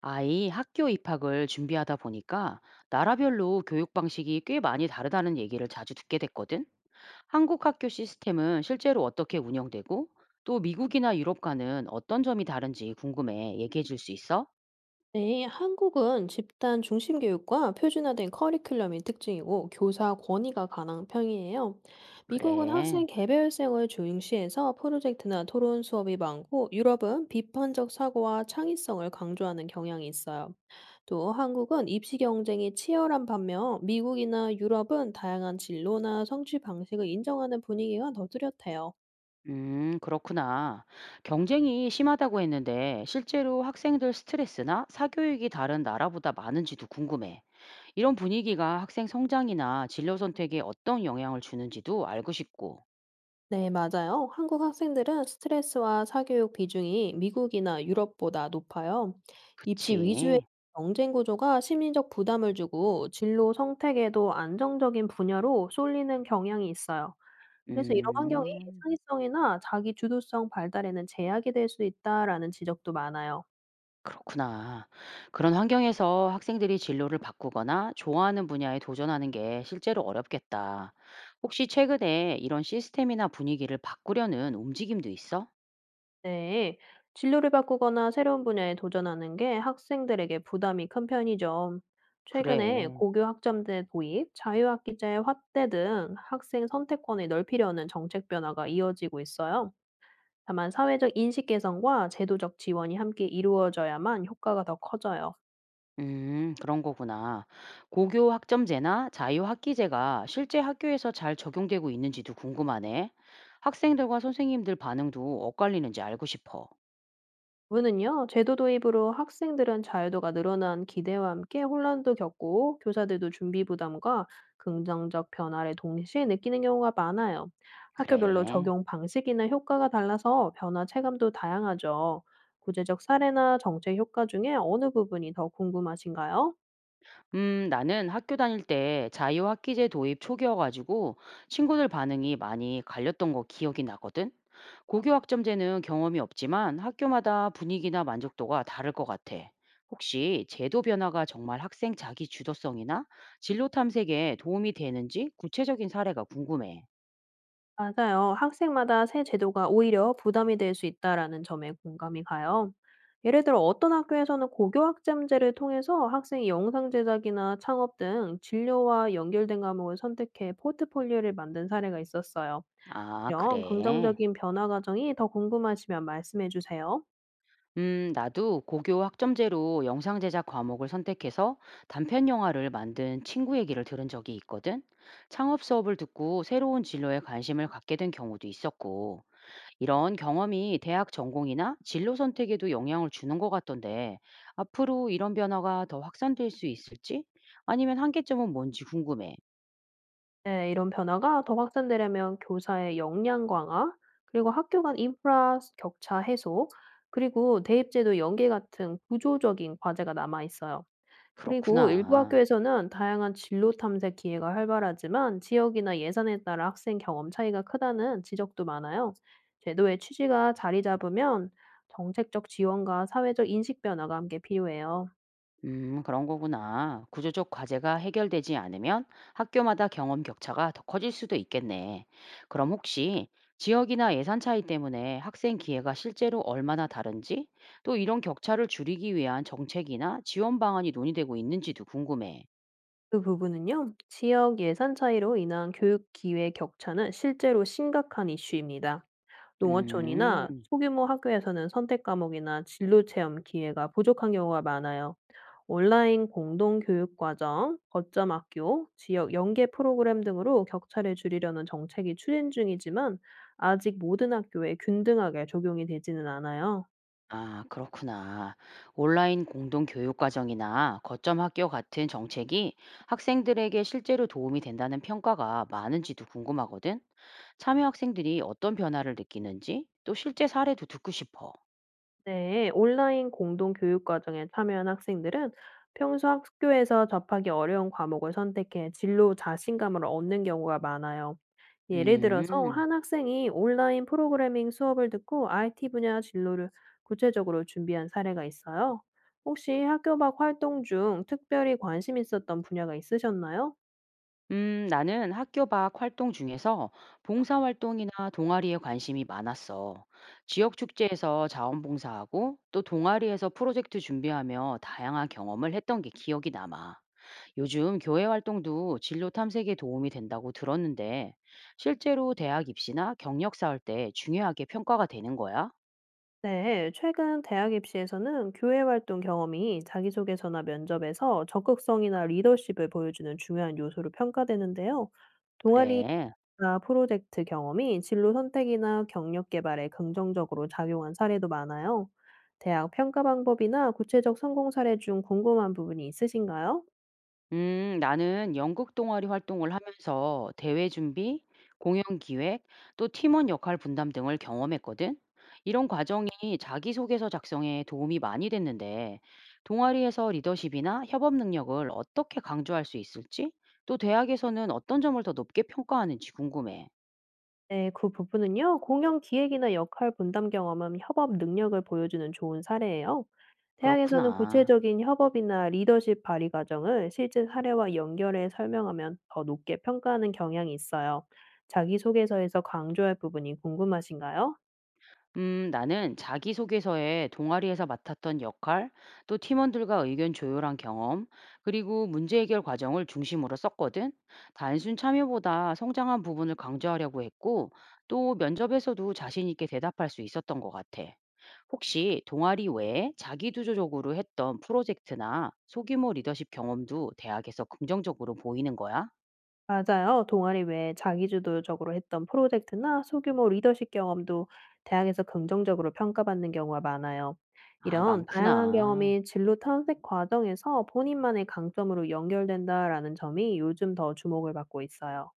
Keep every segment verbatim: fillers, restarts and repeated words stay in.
아이 학교 입학을 준비하다 보니까 나라별로 교육 방식이 꽤 많이 다르다는 얘기를 자주 듣게 됐거든. 한국 학교 시스템은 실제로 어떻게 운영되고 또 미국이나 유럽과는 어떤 점이 다른지 궁금해. 얘기해 줄 수 있어? 네, 한국은 집단 중심 교육과 표준화된 커리큘럼이 특징이고 교사 권위가 가장 편이에요. 미국은 그래. 학생 개별성을 중시해서 프로젝트나 토론 수업이 많고, 유럽은 비판적 사고와 창의성을 강조하는 경향이 있어요. 또 한국은 입시 경쟁이 치열한 반면 미국이나 유럽은 다양한 진로나 성취 방식을 인정하는 분위기가 더 뚜렷해요. 음, 그렇구나. 경쟁이 심하다고 했는데 실제로 학생들 스트레스나 사교육이 다른 나라보다 많은지도 궁금해. 이런 분위기가 학생 성장이나 진로 선택에 어떤 영향을 주는지도 알고 싶고. 네, 맞아요. 한국 학생들은 스트레스와 사교육 비중이 미국이나 유럽보다 높아요. 입시 위주의 그치. 경쟁 구조가 심리적 부담을 주고 진로 선택에도 안정적인 분야로 쏠리는 경향이 있어요. 그래서 이런 환경이 음. 창의성이나 자기 주도성 발달에는 제약이 될 수 있다라는 지적도 많아요. 그렇구나. 그런 환경에서 학생들이 진로를 바꾸거나 좋아하는 분야에 도전하는 게 실제로 어렵겠다. 혹시 최근에 이런 시스템이나 분위기를 바꾸려는 움직임도 있어? 네, 진로를 바꾸거나 새로운 분야에 도전하는 게 학생들에게 부담이 큰 편이죠. 최근에 그래. 고교 학점제 도입, 자유학기제 확대 등 학생 선택권을 넓히려는 정책 변화가 이어지고 있어요. 다만 사회적 인식 개선과 제도적 지원이 함께 이루어져야만 효과가 더 커져요. 음, 그런 거구나. 고교 학점제나 자유학기제가 실제 학교에서 잘 적용되고 있는지도 궁금하네. 학생들과 선생님들 반응도 엇갈리는지 알고 싶어. 부는요, 제도 도입으로 학생들은 자유도가 늘어난 기대와 함께 혼란도 겪고, 교사들도 준비 부담과 긍정적 변화를 동시에 느끼는 경우가 많아요. 학교별로 그래. 적용 방식이나 효과가 달라서 변화 체감도 다양하죠. 구체적 사례나 정책 효과 중에 어느 부분이 더 궁금하신가요? 음, 나는 학교 다닐 때 자유학기제 도입 초기여가지고 친구들 반응이 많이 갈렸던 거 기억이 나거든. 고교학점제는 경험이 없지만 학교마다 분위기나 만족도가 다를 것 같아. 혹시 제도 변화가 정말 학생 자기 주도성이나 진로 탐색에 도움이 되는지 구체적인 사례가 궁금해. 맞아요. 학생마다 새 제도가 오히려 부담이 될 수 있다라는 점에 공감이 가요. 예를 들어 어떤 학교에서는 고교학점제를 통해서 학생이 영상 제작이나 창업 등 진로와 연결된 과목을 선택해 포트폴리오를 만든 사례가 있었어요. 아, 이런 그래. 긍정적인 변화 과정이 더 궁금하시면 말씀해 주세요. 음, 나도 고교 학점제로 영상 제작 과목을 선택해서 단편 영화를 만든 친구 얘기를 들은 적이 있거든. 창업 수업을 듣고 새로운 진로에 관심을 갖게 된 경우도 있었고, 이런 경험이 대학 전공이나 진로 선택에도 영향을 주는 것 같던데, 앞으로 이런 변화가 더 확산될 수 있을지? 아니면 한계점은 뭔지 궁금해. 네, 이런 변화가 더 확산되려면 교사의 역량 강화, 그리고 학교 간 인프라 격차 해소, 그리고 대입제도 연계 같은 구조적인 과제가 남아 있어요. 그리고 일부 그렇구나. 학교에서는 다양한 진로 탐색 기회가 활발하지만 지역이나 예산에 따라 학생 경험 차이가 크다는 지적도 많아요. 제도의 취지가 자리 잡으면 정책적 지원과 사회적 인식 변화가 함께 필요해요. 음, 그런 거구나. 구조적 과제가 해결되지 않으면 학교마다 경험 격차가 더 커질 수도 있겠네. 그럼 혹시 지역이나 예산 차이 때문에 학생 기회가 실제로 얼마나 다른지, 또 이런 격차를 줄이기 위한 정책이나 지원 방안이 논의되고 있는지도 궁금해. 그 부분은요, 지역 예산 차이로 인한 교육 기회 격차는 실제로 심각한 이슈입니다. 음. 농어촌이나 소규모 학교에서는 선택 과목이나 진로 체험 기회가 부족한 경우가 많아요. 온라인 공동 교육 과정, 거점 학교, 지역 연계 프로그램 등으로 격차를 줄이려는 정책이 추진 중이지만 아직 모든 학교에 균등하게 적용이 되지는 않아요. 아, 그렇구나. 온라인 공동 교육 과정이나 거점 학교 같은 정책이 학생들에게 실제로 도움이 된다는 평가가 많은지도 궁금하거든. 참여 학생들이 어떤 변화를 느끼는지 또 실제 사례도 듣고 싶어. 네, 온라인 공동 교육 과정에 참여한 학생들은 평소 학교에서 접하기 어려운 과목을 선택해 진로 자신감을 얻는 경우가 많아요. 예를 들어서 음. 한 학생이 온라인 프로그래밍 수업을 듣고 아이티 분야 진로를 구체적으로 준비한 사례가 있어요. 혹시 학교 밖 활동 중 특별히 관심 있었던 분야가 있으셨나요? 음, 나는 학교 밖 활동 중에서 봉사활동이나 동아리에 관심이 많았어. 지역 축제에서 자원봉사하고 또 동아리에서 프로젝트 준비하며 다양한 경험을 했던 게 기억이 남아. 요즘 교회 활동도 진로 탐색에 도움이 된다고 들었는데 실제로 대학 입시나 경력 쌓을 때 중요하게 평가가 되는 거야? 네, 최근 대학 입시에서는 교회 활동 경험이 자기소개서나 면접에서 적극성이나 리더십을 보여주는 중요한 요소로 평가되는데요. 동아리 그래. 나 프로젝트 경험이 진로 선택이나 경력 개발에 긍정적으로 작용한 사례도 많아요. 대학 평가 방법이나 구체적 성공 사례 중 궁금한 부분이 있으신가요? 음, 나는 연극 동아리 활동을 하면서 대회 준비, 공연 기획, 또 팀원 역할 분담 등을 경험했거든. 이런 과정이 자기소개서 작성에 도움이 많이 됐는데, 동아리에서 리더십이나 협업 능력을 어떻게 강조할 수 있을지, 또 대학에서는 어떤 점을 더 높게 평가하는지 궁금해. 네, 그 부분은요. 공연 기획이나 역할 분담 경험은 협업 능력을 보여주는 좋은 사례예요. 대학에서는 그렇구나. 구체적인 협업이나 리더십 발휘 과정을 실제 사례와 연결해 설명하면 더 높게 평가하는 경향이 있어요. 자기소개서에서 강조할 부분이 궁금하신가요? 음, 나는 자기소개서에 동아리에서 맡았던 역할, 또 팀원들과 의견 조율한 경험, 그리고 문제 해결 과정을 중심으로 썼거든. 단순 참여보다 성장한 부분을 강조하려고 했고, 또 면접에서도 자신 있게 대답할 수 있었던 것 같아. 혹시 동아리 외에 자기주도적으로 했던 프로젝트나 소규모 리더십 경험도 대학에서 긍정적으로 보이는 거야? 맞아요. 동아리 외에 자기주도적으로 했던 프로젝트나 소규모 리더십 경험도 대학에서 긍정적으로 평가받는 경우가 많아요. 아, 이런 다양한 많구나. 경험이 진로 탐색 과정에서 본인만의 강점으로 연결된다라는 점이 요즘 더 주목을 받고 있어요.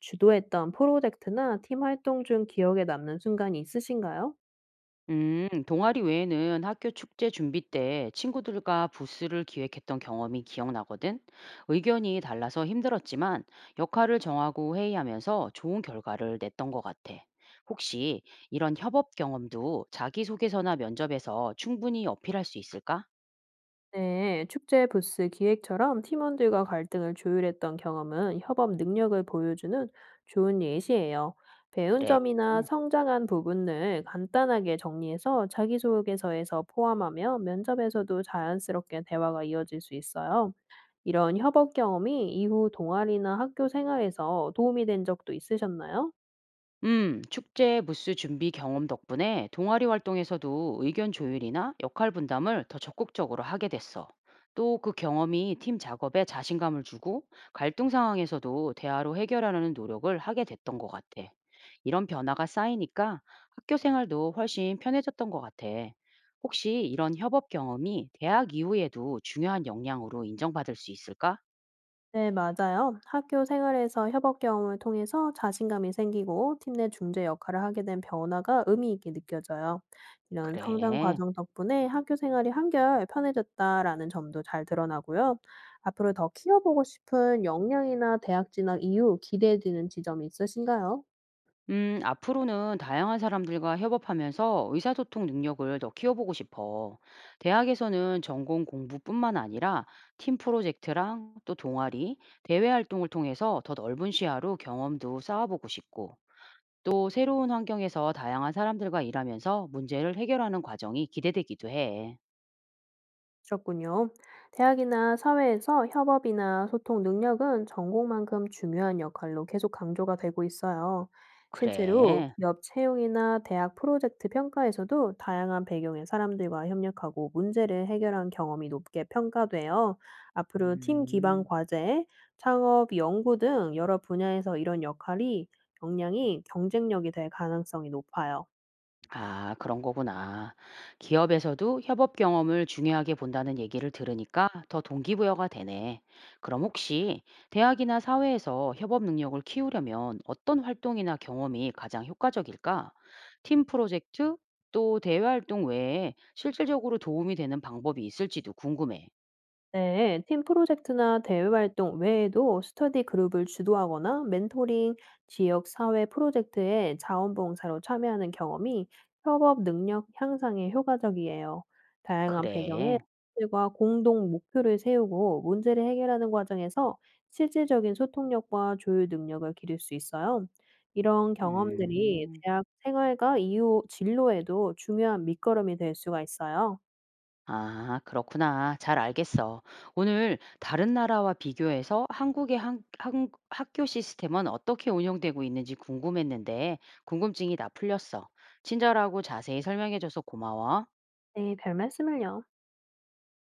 주도했던 프로젝트나 팀 활동 중 기억에 남는 순간이 있으신가요? 음, 동아리 외에는 학교 축제 준비 때 친구들과 부스를 기획했던 경험이 기억나거든. 의견이 달라서 힘들었지만 역할을 정하고 회의하면서 좋은 결과를 냈던 것 같아. 혹시 이런 협업 경험도 자기소개서나 면접에서 충분히 어필할 수 있을까? 네, 축제 부스 기획처럼 팀원들과 갈등을 조율했던 경험은 협업 능력을 보여주는 좋은 예시예요. 배운 그래. 점이나 성장한 부분을 간단하게 정리해서 자기소개서에서 포함하며 면접에서도 자연스럽게 대화가 이어질 수 있어요. 이런 협업 경험이 이후 동아리나 학교 생활에서 도움이 된 적도 있으셨나요? 음, 축제 부스 준비 경험 덕분에 동아리 활동에서도 의견 조율이나 역할 분담을 더 적극적으로 하게 됐어. 또 그 경험이 팀 작업에 자신감을 주고 갈등 상황에서도 대화로 해결하려는 노력을 하게 됐던 것 같아. 이런 변화가 쌓이니까 학교 생활도 훨씬 편해졌던 것 같아. 혹시 이런 협업 경험이 대학 이후에도 중요한 역량으로 인정받을 수 있을까? 네, 맞아요. 학교 생활에서 협업 경험을 통해서 자신감이 생기고 팀 내 중재 역할을 하게 된 변화가 의미 있게 느껴져요. 이런 성장 그래. 과정 덕분에 학교 생활이 한결 편해졌다라는 점도 잘 드러나고요. 앞으로 더 키워보고 싶은 역량이나 대학 진학 이후 기대되는 지점이 있으신가요? 음, 앞으로는 다양한 사람들과 협업하면서 의사소통 능력을 더 키워보고 싶어. 대학에서는 전공 공부뿐만 아니라 팀 프로젝트랑 또 동아리, 대외 활동을 통해서 더 넓은 시야로 경험도 쌓아보고 싶고, 또 새로운 환경에서 다양한 사람들과 일하면서 문제를 해결하는 과정이 기대되기도 해. 그렇군요. 대학이나 사회에서 협업이나 소통 능력은 전공만큼 중요한 역할로 계속 강조가 되고 있어요. 실제로 그래. 기업 채용이나 대학 프로젝트 평가에서도 다양한 배경의 사람들과 협력하고 문제를 해결한 경험이 높게 평가돼요. 앞으로 팀 기반 음. 과제, 창업, 연구 등 여러 분야에서 이런 역할이 역량이 경쟁력이 될 가능성이 높아요. 아, 그런 거구나. 기업에서도 협업 경험을 중요하게 본다는 얘기를 들으니까 더 동기부여가 되네. 그럼 혹시 대학이나 사회에서 협업 능력을 키우려면 어떤 활동이나 경험이 가장 효과적일까? 팀 프로젝트 또 대외 활동 외에 실질적으로 도움이 되는 방법이 있을지도 궁금해. 네, 팀 프로젝트나 대외 활동 외에도 스터디 그룹을 주도하거나 멘토링, 지역 사회 프로젝트에 자원봉사로 참여하는 경험이 협업 능력 향상에 효과적이에요. 다양한 배경의 그래. 사람들과 공동 목표를 세우고 문제를 해결하는 과정에서 실질적인 소통력과 조율 능력을 기를 수 있어요. 이런 경험들이 음. 대학 생활과 이후 진로에도 중요한 밑거름이 될 수가 있어요. 아, 그렇구나. 잘 알겠어. 오늘 다른 나라와 비교해서 한국의 한, 한, 학교 시스템은 어떻게 운영되고 있는지 궁금했는데, 궁금증이 다 풀렸어. 친절하고 자세히 설명해줘서 고마워. 네, 별 말씀을요.